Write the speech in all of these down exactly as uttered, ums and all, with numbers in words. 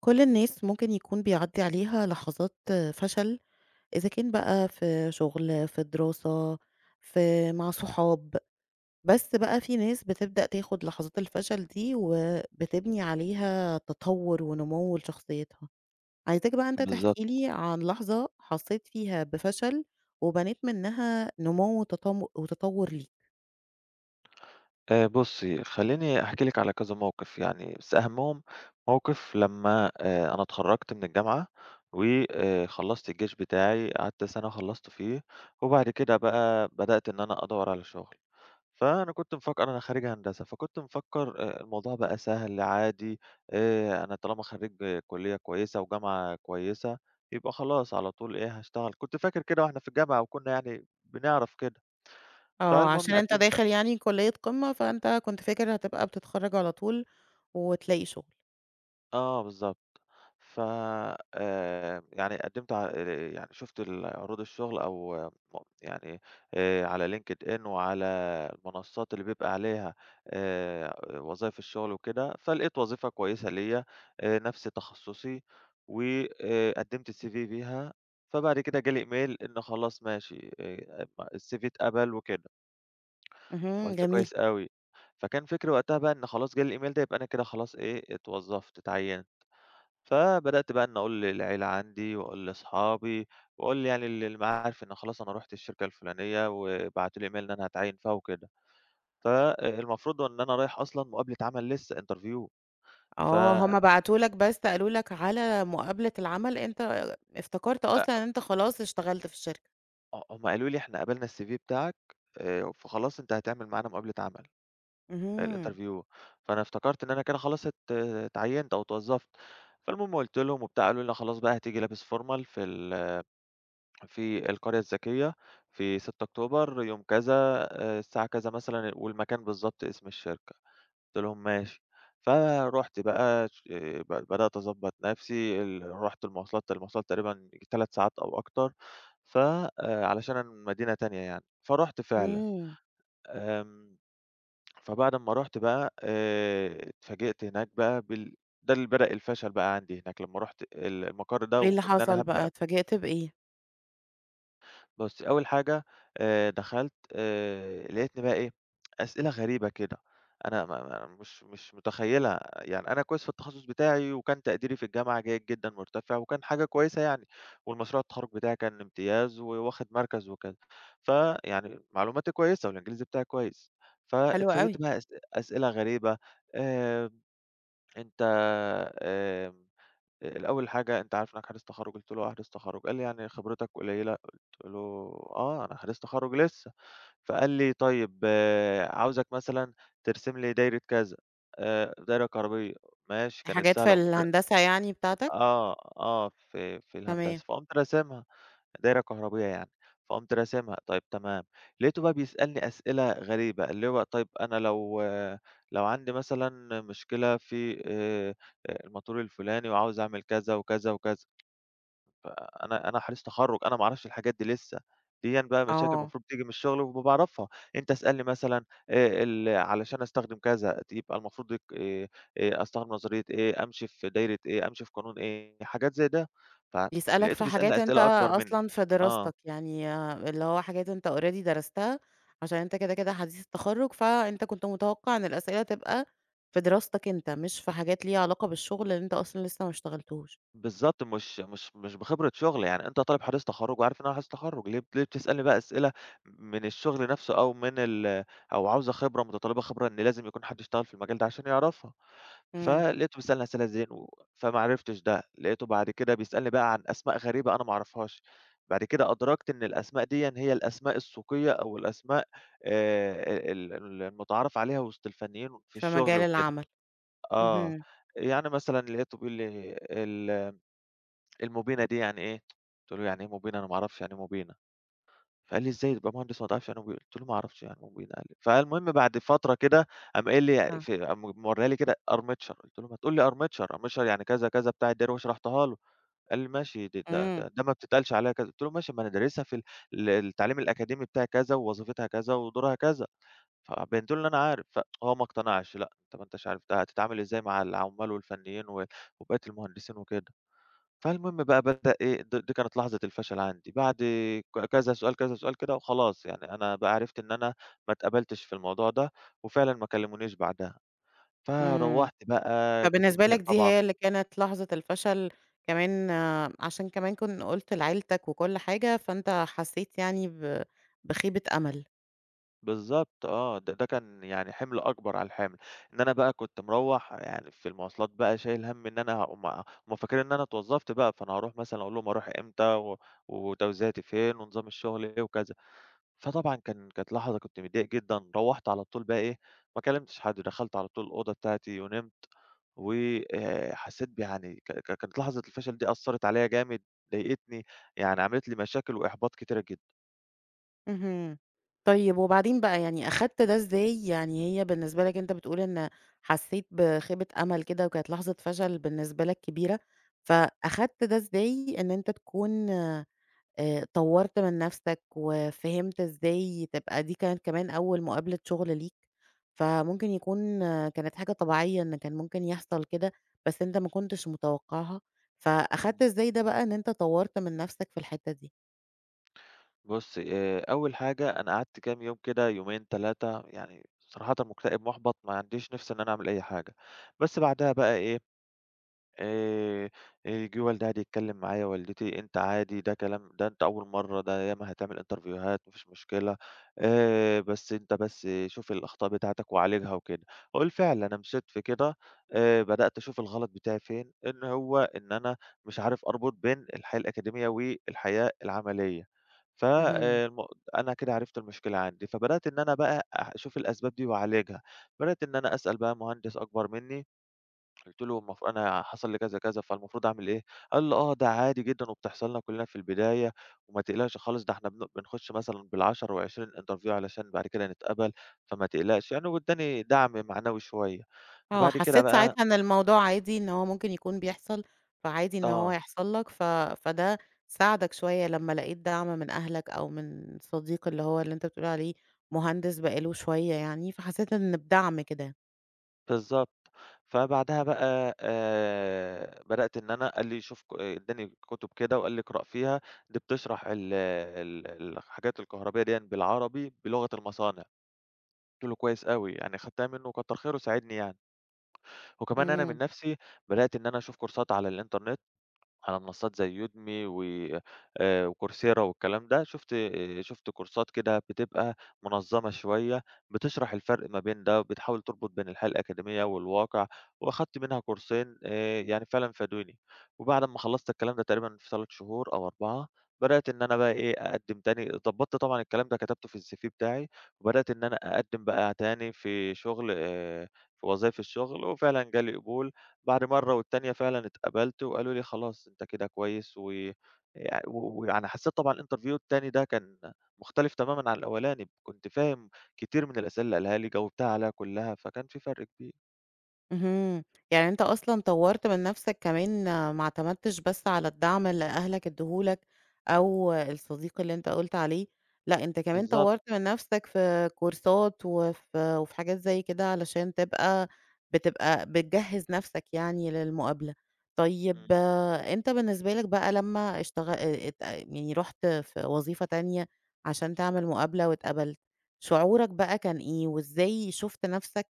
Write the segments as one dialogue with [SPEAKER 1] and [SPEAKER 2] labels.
[SPEAKER 1] كل الناس ممكن يكون بيعدي عليها لحظات فشل إذا كان بقى في شغل، في دراسة، في مع صحاب، بس بقى في ناس بتبدأ تاخد لحظات الفشل دي وبتبني عليها تطور ونمو لشخصيتها. عايزاك بقى أنت
[SPEAKER 2] بالضبط.
[SPEAKER 1] تحكي لي عن لحظة حسيت فيها بفشل وبنيت منها نمو وتطم وتطور ليك.
[SPEAKER 2] آآ بُصّي، خلّيني أحكي لِك على كذا موقف يعني، بس أهمهم موقف لمّا آآ أنا اتخرّجت من الجامعة وآآ خلّصت الجيش بتاعي، قعدت سَنة خلّصت فيه، وبعد كده بقى بدأت إن أنا أدوّر على شُغل. فأنا كنت مفكّر أنا خريج هندسة، فكنت مفكّر آآ الموضوع بقى سهل عادي، آآ أنا طالما خرّيج آه، كُلّية كويسة وجامعة كويسة، يبقى خلاص على طول إيه، هاشتغل. كنت فاكر كده وإحنا في الجامعة وكُنّا يعني بنعرف كده.
[SPEAKER 1] آه،
[SPEAKER 2] فالمهم
[SPEAKER 1] عشان أنت
[SPEAKER 2] قدّمت
[SPEAKER 1] داخل يعني كلية قمة، فأنت كنت فاكر هتبقى بتتخرج على طول وتلاقي شغل.
[SPEAKER 2] آه بالضبط. ف آآ، يعني قدّمت ع آآ، يعني شُفت ال عروض الشغل أو آه، م يعني آآ، على LinkedIn وعلى المنصات اللي بيبقى عليها آآ، وظايف الشغل وكده، فلقيت وظيفة كويسة ليّا آآ، نفس تخصُّصي وآآ، قدّمت الCV فيها، فبعد كده جه لي إيميل إن خلاص ماشي آآ، م الCV اتقبل وكده،
[SPEAKER 1] اهم،
[SPEAKER 2] فقُلت
[SPEAKER 1] جميل.
[SPEAKER 2] كويس أوي، فكان فكري وقتها بقى إن خلاص جه لي الإيميل ده يبقى أنا كده خلاص إيه اتوظّفت، اتعيّنت. فبدأت بقى إن أقول للعيلة عندي وأقول لأصحابي وأقول يعني ل للمعارف إن خلاص أنا رُحت الشركة الفلانية وبعتوا لي email إن أنا هاتعيّن فيها وكده. فالمفروض إن أنا رايح أصلًا مقابلة عمل لسه interview ف
[SPEAKER 1] آه، هم بعتوا لك بس قالوا لك على مقابلة العمل، أنت افتكرت
[SPEAKER 2] أ
[SPEAKER 1] أصلًا إن أنت خلاص اشتغلت في الشركة.
[SPEAKER 2] هم قالوا لي: "إحنا قبلنا الCV بتاعك آآ، فخلاص أنت هتعمل معانا مقابلة عمل
[SPEAKER 1] اهم،
[SPEAKER 2] الinterview." فأنا افتكرت إن أنا كده خلاص ات اتعيّنت أو اتوظّفت. فالمهم قُلت لهم وبتاع، قالوا لي: "لأ خلاص بقى هتيجي لابس formal في ال" في القرية الذكية في 6 أكتوبر يوم كذا آآ، الساعة كذا مثلًا والمكان بالضبط اسم الشركة، قُلت لهم: "ماشي." فرُحت بقى ش آه، ب بدأت أضبّط نفسي ال رُحت المواصلات، المواصلات تقريبًا 3 ساعات أو أكتر، ف آآ، علشان أنا من مدينة تانية يعني، فرُحت فعلًا
[SPEAKER 1] إمم،
[SPEAKER 2] آمم، فبعد أمّا رُحت بقى آآ، اتفاجئت هناك بقى بال ده اللي بدأ الفشل بقى عندي هناك لمّا رُحت ال المقر ده
[SPEAKER 1] إيه اللي
[SPEAKER 2] وإن أنا
[SPEAKER 1] حصل بقى،
[SPEAKER 2] هابدأ
[SPEAKER 1] اتفاجئت بإيه؟
[SPEAKER 2] بُصّي، أول حاجة آآ دخلت آآ لقيتني بقى إيه، أسئلة غريبة كده، أنا ما ما مش مش متخيّلها، يعني أنا كويس في التخصُّص بتاعي وكان تقديري في الجامعة جيد جدًا مرتفع وكان حاجة كويسة يعني، والمشروع التخرُّج بتاعي كان امتياز وواخد مركز وكذا، فيعني معلوماتي كويسة والإنجليزي بتاعي كويس،
[SPEAKER 1] حلو
[SPEAKER 2] فاتفاجئت
[SPEAKER 1] أوي،
[SPEAKER 2] بقى أس أسئلة غريبة آآ أنت آمم آآ الأول حاجة أنت عارف إنّك حديث تخرُّج؟ قُلت له: "آه حديث تخرُّج." قال لي: "يعني خبرتك قليلة." قُلت له: "آه، أنا حديث تخرُّج لسّه." فقال لي: "طيب عاوزك مثلًا ترسم لي دايرة كذا، آآ دايرة كهربية." ماشي، كانت
[SPEAKER 1] حاجات في
[SPEAKER 2] سهلة قُمت
[SPEAKER 1] الهندسة يعني بتاعتك؟
[SPEAKER 2] آه، آه، في في
[SPEAKER 1] تمام،
[SPEAKER 2] الهندسة، فقُمت راسمها. دايرة كهربية يعني، فقُمت راسمها، طيب تمام، لقيته بقى بيسألني أسئلة غريبة، اللي هو طيب أنا لو لو عندي مثلًا مشكلة في آآ، الموتور الفلاني وعاوز أعمل كذا وكذا وكذا، فأنا أنا حديث تخرُّج، أنا ما أعرفش الحاجات دي لسه، ديًا بقى مشاكل
[SPEAKER 1] آه،
[SPEAKER 2] المفروض تيجي من الشغل وما باعرفها، أنت اسألني مثلًا آآ، ال علشان أستخدم كذا يبقى المفروض يك آآ، آآ، أستخدم نظرية إيه، أمشي في دايرة إيه، أمشي في قانون إيه، حاجات زي ده،
[SPEAKER 1] يسألك
[SPEAKER 2] فلقيته
[SPEAKER 1] في
[SPEAKER 2] بيسألني
[SPEAKER 1] حاجات أنت
[SPEAKER 2] أسئلة أكبر منّي.
[SPEAKER 1] أصلًا في
[SPEAKER 2] آه.
[SPEAKER 1] دراستك، يعني آه، اللي هو حاجات أنت already درستها، عشان أنت كده، كده حديث التخرُّج، فأنت كنت متوقع إن الأسئلة تبقى في دراستك أنت، مش في حاجات ليها علاقة بالشغل اللي أنت أصلًا لسه ما اشتغلتوش.
[SPEAKER 2] بالضبط، مش مش مش بخبرة شُغل، يعني أنت طالب حديث تخرُّج وعارف إن أنا حديث تخرُّج، ليه ليه بتسألني بقى أسئلة من الشُغل نَفْسه أو من ال أو عاوزة خبرة متطلِّبة خبرة إن لازم يكون حد اشتغل في المجال ده عشان يعرفها،
[SPEAKER 1] إمم.
[SPEAKER 2] فلقيته بيسألني أسئلة زين و فما عرفتش ده، لقيته بعد كده بيسألني بقى عن أسماء غريبة أنا ما أعرفهاش، بعد كده أدركت إن الأسماء ديًا هي الأسماء السوقية أو الأسماء آآ ال ال المُتعارف عليها وِسط الفنيين في
[SPEAKER 1] في
[SPEAKER 2] الشُغل
[SPEAKER 1] مجال
[SPEAKER 2] وكده،
[SPEAKER 1] العمل.
[SPEAKER 2] آه،
[SPEAKER 1] اهم،
[SPEAKER 2] يعني مثلًا لقيته بيقول لي ال المُبينة دي يعني إيه؟ قُلت له: "يعني إيه مُبينة؟ أنا ما أعرفش يعني إيه مُبينة." فقال لي: "إزاي تبقى مهندس وما تعرفش يعني إيه مُبينة؟" قُلت له: "ما أعرفش يعني إيه مُبينة." قال لي فالمهم بعد فترة كده قام قايل لي
[SPEAKER 1] آه،
[SPEAKER 2] ف قام مورّيها لي كده armature قُلت له: "ما تقول لي armature، armature يعني كذا، كذا بتاع الدراع." وشرحتها له، قال لي: "ماشي د ده
[SPEAKER 1] إمم،
[SPEAKER 2] ده ده ما بتتقالش عليها كذا." قُلت له: "ماشي ما أنا دارسها في ال ال التعليم الأكاديمي بتاعي كذا، ووظيفتها كذا، ودورها كذا." فبيّنت له إن أنا عارف، فهو ما اقتنعش، "لأ أنت ما أنتش عارف، ده هتتعامل إزاي مع العُمّال والفنيين و وبقية المهندسين وكده." فالمهم بقى بدأ إيه د دي كانت لحظة الفشل عندي، بعد ك كذا سؤال، كذا سؤال كده وخلاص يعني أنا بقى عرفت إن أنا ما اتقبلتش في الموضوع ده، وفعلًا ما كلمونيش بعدها،
[SPEAKER 1] إمم.
[SPEAKER 2] فروّحت بقى كنت
[SPEAKER 1] فبالنسبة
[SPEAKER 2] متضايق
[SPEAKER 1] لك دي
[SPEAKER 2] طبعًا
[SPEAKER 1] هي اللي كانت لحظة الفشل كمان آه، عشان كمان كن قُلت لعيلتك وكل حاجة، فأنت حسيت يعني ب بخيبة أمل.
[SPEAKER 2] بالضبط آه، ده ده كان يعني حِمل أكبر على الحِمل، إن أنا بقى كنت مروّح يعني في المواصلات بقى شايل هَم إن أنا هُم هُم فاكرين إن أنا اتوظّفت بقى، فأنا هاروح مثلًا أقول لهم أروح إمتى و وتوزيعتي فين ونظام الشغل إيه وكذا. فطبعًا كان كانت لحظة كنت متضايق جدًا، روّحت على طول بقى إيه، ما كلمتش حد، دخلت على طول الأوضة بتاعتي ونمت، وآآ حسيت بيعني ك ك كانت لحظة الفشل دي أثّرت عليَّ جامد، ضايقتني، يعني عملت لي مشاكل وإحباط كتيرة جدًا.
[SPEAKER 1] اهم. طيب وبعدين بقى يعني أخدت ده إزاي؟ يعني هي بالنسبة لك أنت بتقول إن حسيت بخيبة أمل كده وكانت لحظة فشل بالنسبة لك كبيرة، فأخدت ده إزاي إن أنت تكون آآ طوّرت من نفسك وفهمت إزاي تبقى دي كانت كمان أول مقابلة شغل ليك، فممكن يكون آه، كانت حاجة طبيعية إن كان ممكن يحصل كده، بس أنت ما كنتش متوقعها،
[SPEAKER 2] إمم.
[SPEAKER 1] فأخدت إزاي ده بقى إن أنت طوّرت من نفسك في الحتّة دي؟
[SPEAKER 2] بُص، آآ أول حاجة أنا قعدت كام يوم كده، يومين، تلاتة يعني صراحةً مكتئب، مُحبَط، ما عنديش نِفْس إن أنا أعمل أي حاجة. بس بعدها بقى إيه، آآ، آآ، جه والدي قعد يتكلم معايا، والدتي أنت عادي ده كلام ده أنت أول مرّة، ده ياما هتعمل انترفيوهات ما فيش مشكلة، آآ، بس أنت بس شوف الأخطاء بتاعتك وعالجها وكده. وبالفعل أنا مشيت في كده، آآ، بدأت أشوف الغلط بتاعي فين، إن هو إن أنا مش عارف أربط بين الحياة الأكاديمية والحياة العملية. ف
[SPEAKER 1] اهم،
[SPEAKER 2] آآ، الم أنا كده عرفت المشكلة عندي، فبدأت إن أنا بقى أح أشوف الأسباب دي وأعالجها، بدأت إن أنا أسأل بقى مهندس أكبر منّي قُلت له: "المف أنا حصل لي كذا، كذا، فالمفروض أعمل إيه؟" قال لي: "آه، ده عادي جدًا وبتحصل لنا كُلّنا في البداية وما تقلقش خالص، ده إحنا بن بنخش مثلًا بال10 و20 interview علشان بعد كده نتقبل، فما تقلقش." يعني وادّاني دعم معنوي شوية.
[SPEAKER 1] آه،
[SPEAKER 2] وبعد كده
[SPEAKER 1] حسّيت
[SPEAKER 2] بقى
[SPEAKER 1] ساعتها إن الموضوع عادي، إن هو ممكن يكون بيحصل، فعادي إن هو
[SPEAKER 2] آه،
[SPEAKER 1] يحصل لك، ف فده ساعدك شوية لمّا لقيت دعم من أهلك أو من صديق اللي هو اللي أنت بتقول عليه مهندس بقى له شوية يعني، فحسّيت إن بدعم كده.
[SPEAKER 2] بالضبط. فبعدها بقى آآ بدأت إن أنا قال لي شوف ك ادّاني كُتب كده وقال لي اقرأ فيها، دي بتشرح ال ال الحاجات الكهربية ديًّا بالعربي بلغة المصانع. قُلت له: "كويس أوي." يعني خدتها منّه كتّر خيره ساعدني يعني. وكمان أنا من
[SPEAKER 1] إمم،
[SPEAKER 2] نفسي بدأت إن أنا أشوف كورسات على الإنترنت، على منصات زي يودمي و آآ وكورسيرا والكلام ده، شُفت آه، شُفت كورسات كده بتبقى منظمة شوية، بتشرح الفرق ما بين ده، وبتحاول تربط بين الحياة الأكاديمية والواقع، وأخدت منها كورسين آآ يعني فعلًا فادوني. وبعد أمّا خلّصت الكلام ده تقريبًا في 3 شهور أو أربعة بدأت إن أنا بقى إيه، أقدّم تاني ضبّطت طبعًا الكلام ده كتبته في الCV بتاعي، وبدأت إن أنا أقدّم بقى تاني في شغل آآ في وظايف الشغل، وفعلًا جالي قبول بعد مرّة والتانية فعلًا اتقبلت وقالوا لي خلاص أنت كده كويس و يع و ويعني حسّيت طبعًا الinterview التاني ده كان مختلف تمامًا عن الأولاني، كنت فاهم كتير من الأسئلة اللي قالها لي، جاوبتها عليها كلّها، فكان في فرق كبير.
[SPEAKER 1] اهم، يعني أنت أصلًا طوّرت من نفسك كمان آه، ما اعتمدتش بس على الدعم اللي أهلك ادّوه لك أو الصديق اللي أنت قُلت عليه، لأ أنت كمان
[SPEAKER 2] بالضبط،
[SPEAKER 1] طوّرت من نفسك في كورسات وفي وفي حاجات زي كده علشان تبقى بتبقى بتجهّز نفسك يعني للمقابلة. طيب
[SPEAKER 2] إمم.
[SPEAKER 1] آه، أنت بالنسبة لك بقى لمّا اشتغ آآ ات يعني رُحت في وظيفة تانية عشان تعمل مقابلة واتقبلت، شعورك بقى كان إيه؟ وإزاي شُفت نفسك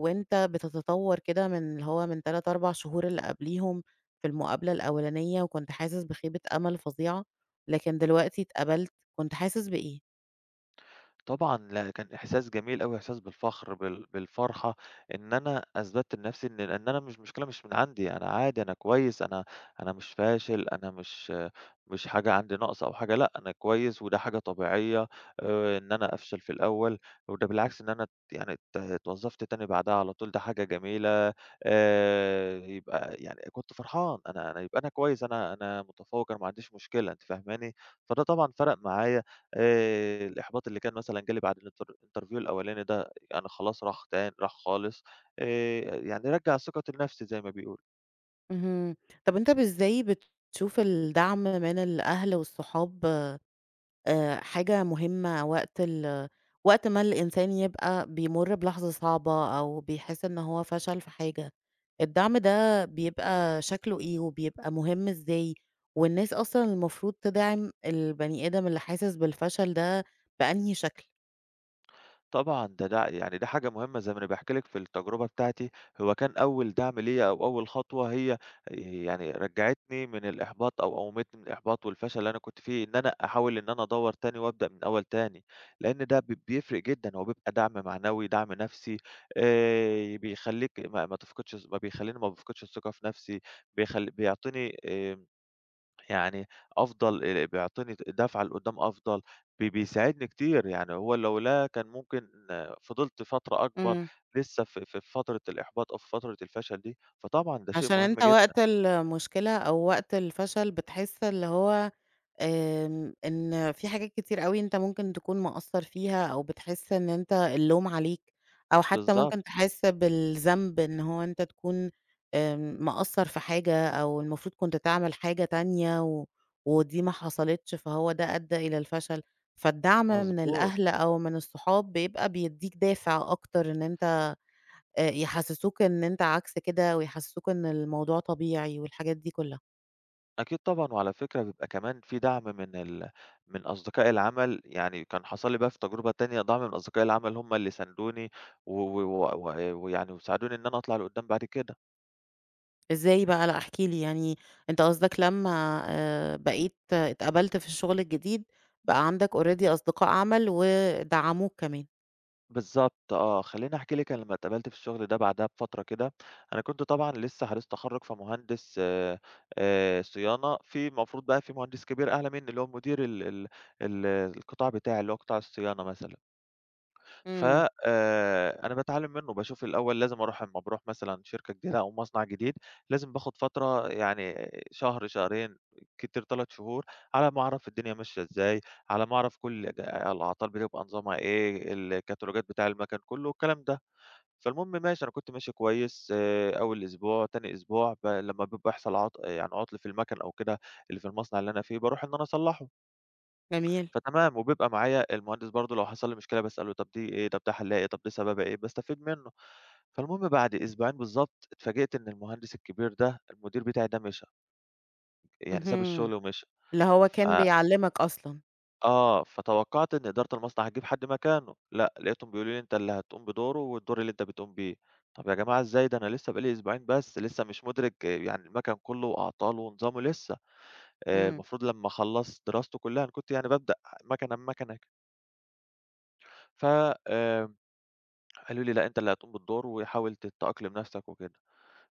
[SPEAKER 1] وأنت بتتطور كده من اللي هو من ثلاث، أربع شهور اللي قبليهم في المقابلة الأولانية، وكنت حاسس بخيبة أمل فظيعة، لكن دلوقتي اتقبلت، كنت حاسس بإيه؟
[SPEAKER 2] طبعًا، لأ، كان إحساس جميل أوي، إحساس بالفخر، بال بالفرحة إن أنا أثبتت لنفسي إن إن أنا مش مشكلة مش من عندي، أنا عادي، أنا كويس، أنا أنا مش فاشل، أنا مش مش حاجة عندي ناقصة أو حاجة، لأ، أنا كويس وده حاجة طبيعية آآ، إن أنا أفشل في الأول، وده بالعكس إن أنا ت يعني ات اتوظفت تاني بعدها على طول، ده حاجة جميلة آآ، يبقى يعني كنت فرحان، أنا أنا يبقى أنا كويس، أنا أنا متفوق، أنا ما عنديش مشكلة، أنتِ فاهماني؟ فده طبعًا فرق معايا آآ الإحباط اللي كان مثلًا جالي بعد الinter الinterview الأولاني ده يعني خلاص راح تان راح خالص، آآ يعني رجّع ثقتي لنفسي زي ما بيقولوا.
[SPEAKER 1] اهم، طب أنت ب إزاي بتشوف الدعم من الأهل والصحاب آآ حاجة مهمة وقت ال وقت ما الإنسان يبقى بيمُر بلحظة صعبة أو بيحس إن هو فشل في حاجة، الدعم ده بيبقى شكله إيه وبيبقى مهم إزاي؟ والناس أصلًا المفروض تدعم البني آدم اللي حاسس بالفشل ده بأنهي شكل؟
[SPEAKER 2] طبعًا، ده ده يعني ده حاجة مهمة زي ما أنا باحكي لِك في التجربة بتاعتي، هو كان أول دعم ليّا أو أول خطوة هي يعني رجّعتني من الإحباط أو قوّمتني من الإحباط والفشل اللي أنا كنت فيه، إن أنا أحاول إن أنا أدوّر تاني وأبدأ من الأول تاني، لإن ده ب بيفرق جدًا، هو بيبقى دعم معنوي، دعم نفسي، آآ، بيخلّيك ما ما تفقدش ما بيخلّيني ما بافقدش الثقة في نفسي، بيخل بيعطيني آآ يعني أفضل آآ بيعطيني دَفعة لقدّام أفضل، بي بيساعدني كتير، يعني هو لولا كان ممكن آه، فضلت فترة أكبر
[SPEAKER 1] إمم.
[SPEAKER 2] لسه في في فترة الإحباط أو في فترة الفشل دي، فطبعًا ده شيء
[SPEAKER 1] عشان
[SPEAKER 2] مهم
[SPEAKER 1] أنت
[SPEAKER 2] جدًا.
[SPEAKER 1] وقت المشكلة أو وقت الفشل بتحس اللي هو آمم، إن في حاجات كتير أوي أنت ممكن تكون مقصّر فيها أو بتحس إن أنت اللوم عليك، أو حتى
[SPEAKER 2] بالضبط،
[SPEAKER 1] ممكن تحس بالذنب إن هو أنت تكون آمم، مقصّر في حاجة أو المفروض كنت تعمل حاجة تانية و ودي ما حصلتش، فهو ده أدّى إلى الفشل. فالدعم من
[SPEAKER 2] مضبوط.
[SPEAKER 1] الأهل أو من الصحاب بيبقى بيدّيك دافع أكتر إن أنت آآ، يحسّسوك إن أنت عكس كده ويحسّسوك إن الموضوع طبيعي والحاجات دي كلّها.
[SPEAKER 2] أكيد طبعًا، وعلى فكرة بيبقى كمان في دعم من ال من أصدقاء العمل، يعني كان حصل لي بقى في تجربة تانية دعم من أصدقاء العمل هم اللي ساندوني و و و و ويعني وساعدوني إن أنا أطلع لقدّام بعد كده.
[SPEAKER 1] إزاي بقى؟ لأ احكِ لي، يعني أنت قصدك لمّا آآ بقيت آه، اتقبلت في الشغل الجديد، بقى عندك already أصدقاء عمل ودعموك كمان.
[SPEAKER 2] بالضبط آه، خلّيني أحكي لِك أنا لمّا اتقبلت في الشغل ده بعدها بفترة كده، أنا كنت طبعًا لسه حديث تخرُّج فمهندس آآ، آآ صيانة، في المفروض بقى في مهندس كبير أعلى منّي اللي هو مدير ال ال ال القطاع بتاعي اللي هو قطاع الصيانة مثلًا، ف
[SPEAKER 1] إمم،
[SPEAKER 2] آآ، أنا باتعلّم منّه، باشوف الأول لازم أروح أمّا باروح مثلًا شركة جديدة أو مصنع جديد، لازم باخد فترة يعني شهر، شهرين، كتير 3 شهور، على ما أعرف الدنيا ماشية إزاي، على ما أعرف كل ج الأعطال بتبقى نظامها إيه، الكتالوجات بتاع المَكَن كلّه الكلام ده. فالمهم ماشي، أنا كنت ماشي كويس آآ، أول أسبوع، تاني أسبوع ب لمّا بيبقى يحصل عط يعني عُطل في المَكَن أو كده اللي في المصنع اللي أنا فيه، باروح إن أنا أصلّحه.
[SPEAKER 1] جميل،
[SPEAKER 2] فتمام، وبيبقى معايا المهندس برضه لو حصل لي مشكلة باسأله طب دي إيه، طب ده حلها إيه، طب ده سببها إيه، باستفيد منّه. فالمهم بعد أسبوعين بالضبط اتفاجئت إن المهندس الكبير ده، المدير بتاعي ده مشى، يعني ساب
[SPEAKER 1] اهم،
[SPEAKER 2] الشغل ومشى.
[SPEAKER 1] اللي هو
[SPEAKER 2] ف
[SPEAKER 1] كان بيعلّمك أصلًا،
[SPEAKER 2] آه، فتوقعت إن إدارة المصنع هتجيب حد مكانه، لأ، لقيتهم بيقولوا لي أنت اللي هتقوم بدوره والدور اللي أنت بتقوم بيه. طب يا جماعة إزاي؟ ده أنا لسه بقى لي أسبوعين بس، لسه مش مدرك آه، يعني المكن كله وأعطاله ونظامه لسه، آآ
[SPEAKER 1] إمم،
[SPEAKER 2] المفروض لمّا أخلّص دراسته كلها أنا كنت يعني بابدأ مكنة بمكنة. ف آآ قالوا لي: "لأ، أنت اللي هتقوم بالدور وحاول ت تأقلم نَفْسك وكده."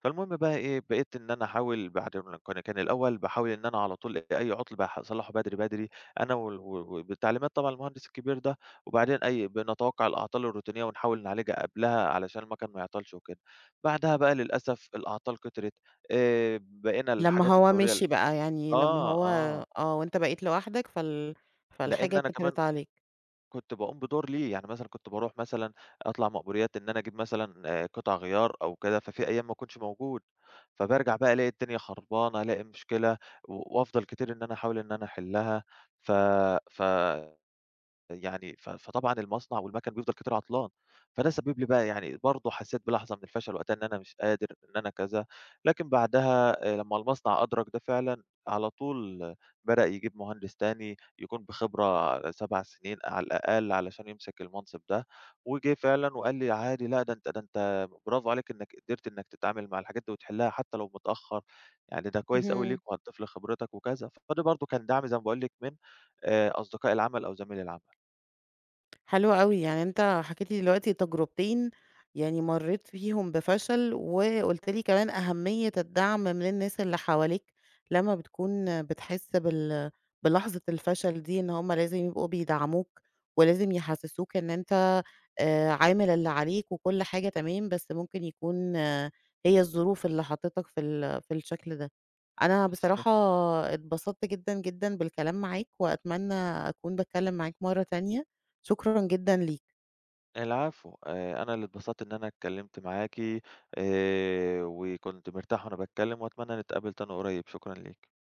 [SPEAKER 2] فالمهم بقى إيه، بقيت إن أنا أحاول بعد ما كان كان الأول باحاول إن أنا على طول أي عُطل باح أصلّحه بدري، بدري أنا وال و وبتعليمات طبعًا المهندس الكبير ده، وبعدين أي بنتوقع الأعطال الروتينية ونحاول نعالجها قبلها علشان المكن ما يعطلش وكده. بعدها بقى للأسف الأعطال كترت، آآ بقينا
[SPEAKER 1] لمّا
[SPEAKER 2] الحاجات
[SPEAKER 1] هو
[SPEAKER 2] الدورية ال
[SPEAKER 1] مشي بقى، يعني لمّا
[SPEAKER 2] آه،
[SPEAKER 1] هو
[SPEAKER 2] آه،
[SPEAKER 1] آه، وأنت بقيت لوحدك فال
[SPEAKER 2] لإن
[SPEAKER 1] فالحاجة
[SPEAKER 2] أنا كمان
[SPEAKER 1] كترت عليك،
[SPEAKER 2] كنت باقوم بدور ليه، يعني مثلًا كنت باروح مثلًا أطلع مأموريات إن أنا أجيب مثلًا آآ قطع غيار أو كده، ففي أيام ما أكونش موجود، فبارجع بقى ألاقي الدنيا خربانة، ألاقي مشكلة و وأفضل كتير إن أنا أحاول إن أنا أحلها، ف ف يعني ف فطبعًا المصنع والمَكَن بيفضل كتير عطلان، فده سبب لي بقى يعني برضه حسيت بلحظة من الفشل وقتها إن أنا مش قادر، إن أنا كذا، لكن بعدها آآ لمّا المصنع أدرك ده فعلًا، على طول آه، بدأ يجيب مهندس تاني يكون بخبرة 7 سنين على الأقل علشان يمسك المنصب ده، وجه فعلًا وقال لي: "عادي لأ ده أنت ده أنت برافو عليك إنك قدرت إنك تتعامل مع الحاجات دي وتحلها حتى لو متأخر، يعني ده كويس أوي ليك
[SPEAKER 1] اهم.
[SPEAKER 2] وهتضيف لخبرتك وكذا." فده برضه كان دعم زي ما باقول لِك من آآ أصدقاء العمل أو زميل العمل.
[SPEAKER 1] حلو أوي، يعني أنت حكيت لي دلوقتي تجربتين يعني مرّيت فيهم بفشل، وقُلت لي كمان أهمية الدعم من الناس اللي حواليك لمّا بتكون بتحس بال بلحظة الفشل دي، إن هُم لازم يبقوا بيدعموك، ولازم يحسسوك إن أنت آآ عامل اللي عليك وكل حاجة تمام، بس ممكن يكون آه، هي الظروف اللي حطتك في ال في الشكل ده. أنا
[SPEAKER 2] بالضبط.
[SPEAKER 1] بصراحة اتبسطت جدًا، جدًا بالكلام معاك، وأتمنى أكون باتكلم معاك مرّة تانية. شكرًا جدًا ليك.
[SPEAKER 2] العفو، آآ أنا اللي اتبسطت إن أنا اتكلّمت معاكِ، آآ وكنت مرتاح وأنا باتكلّم وأتمنى نتقابل تاني قريب، شكرًا ليكِ.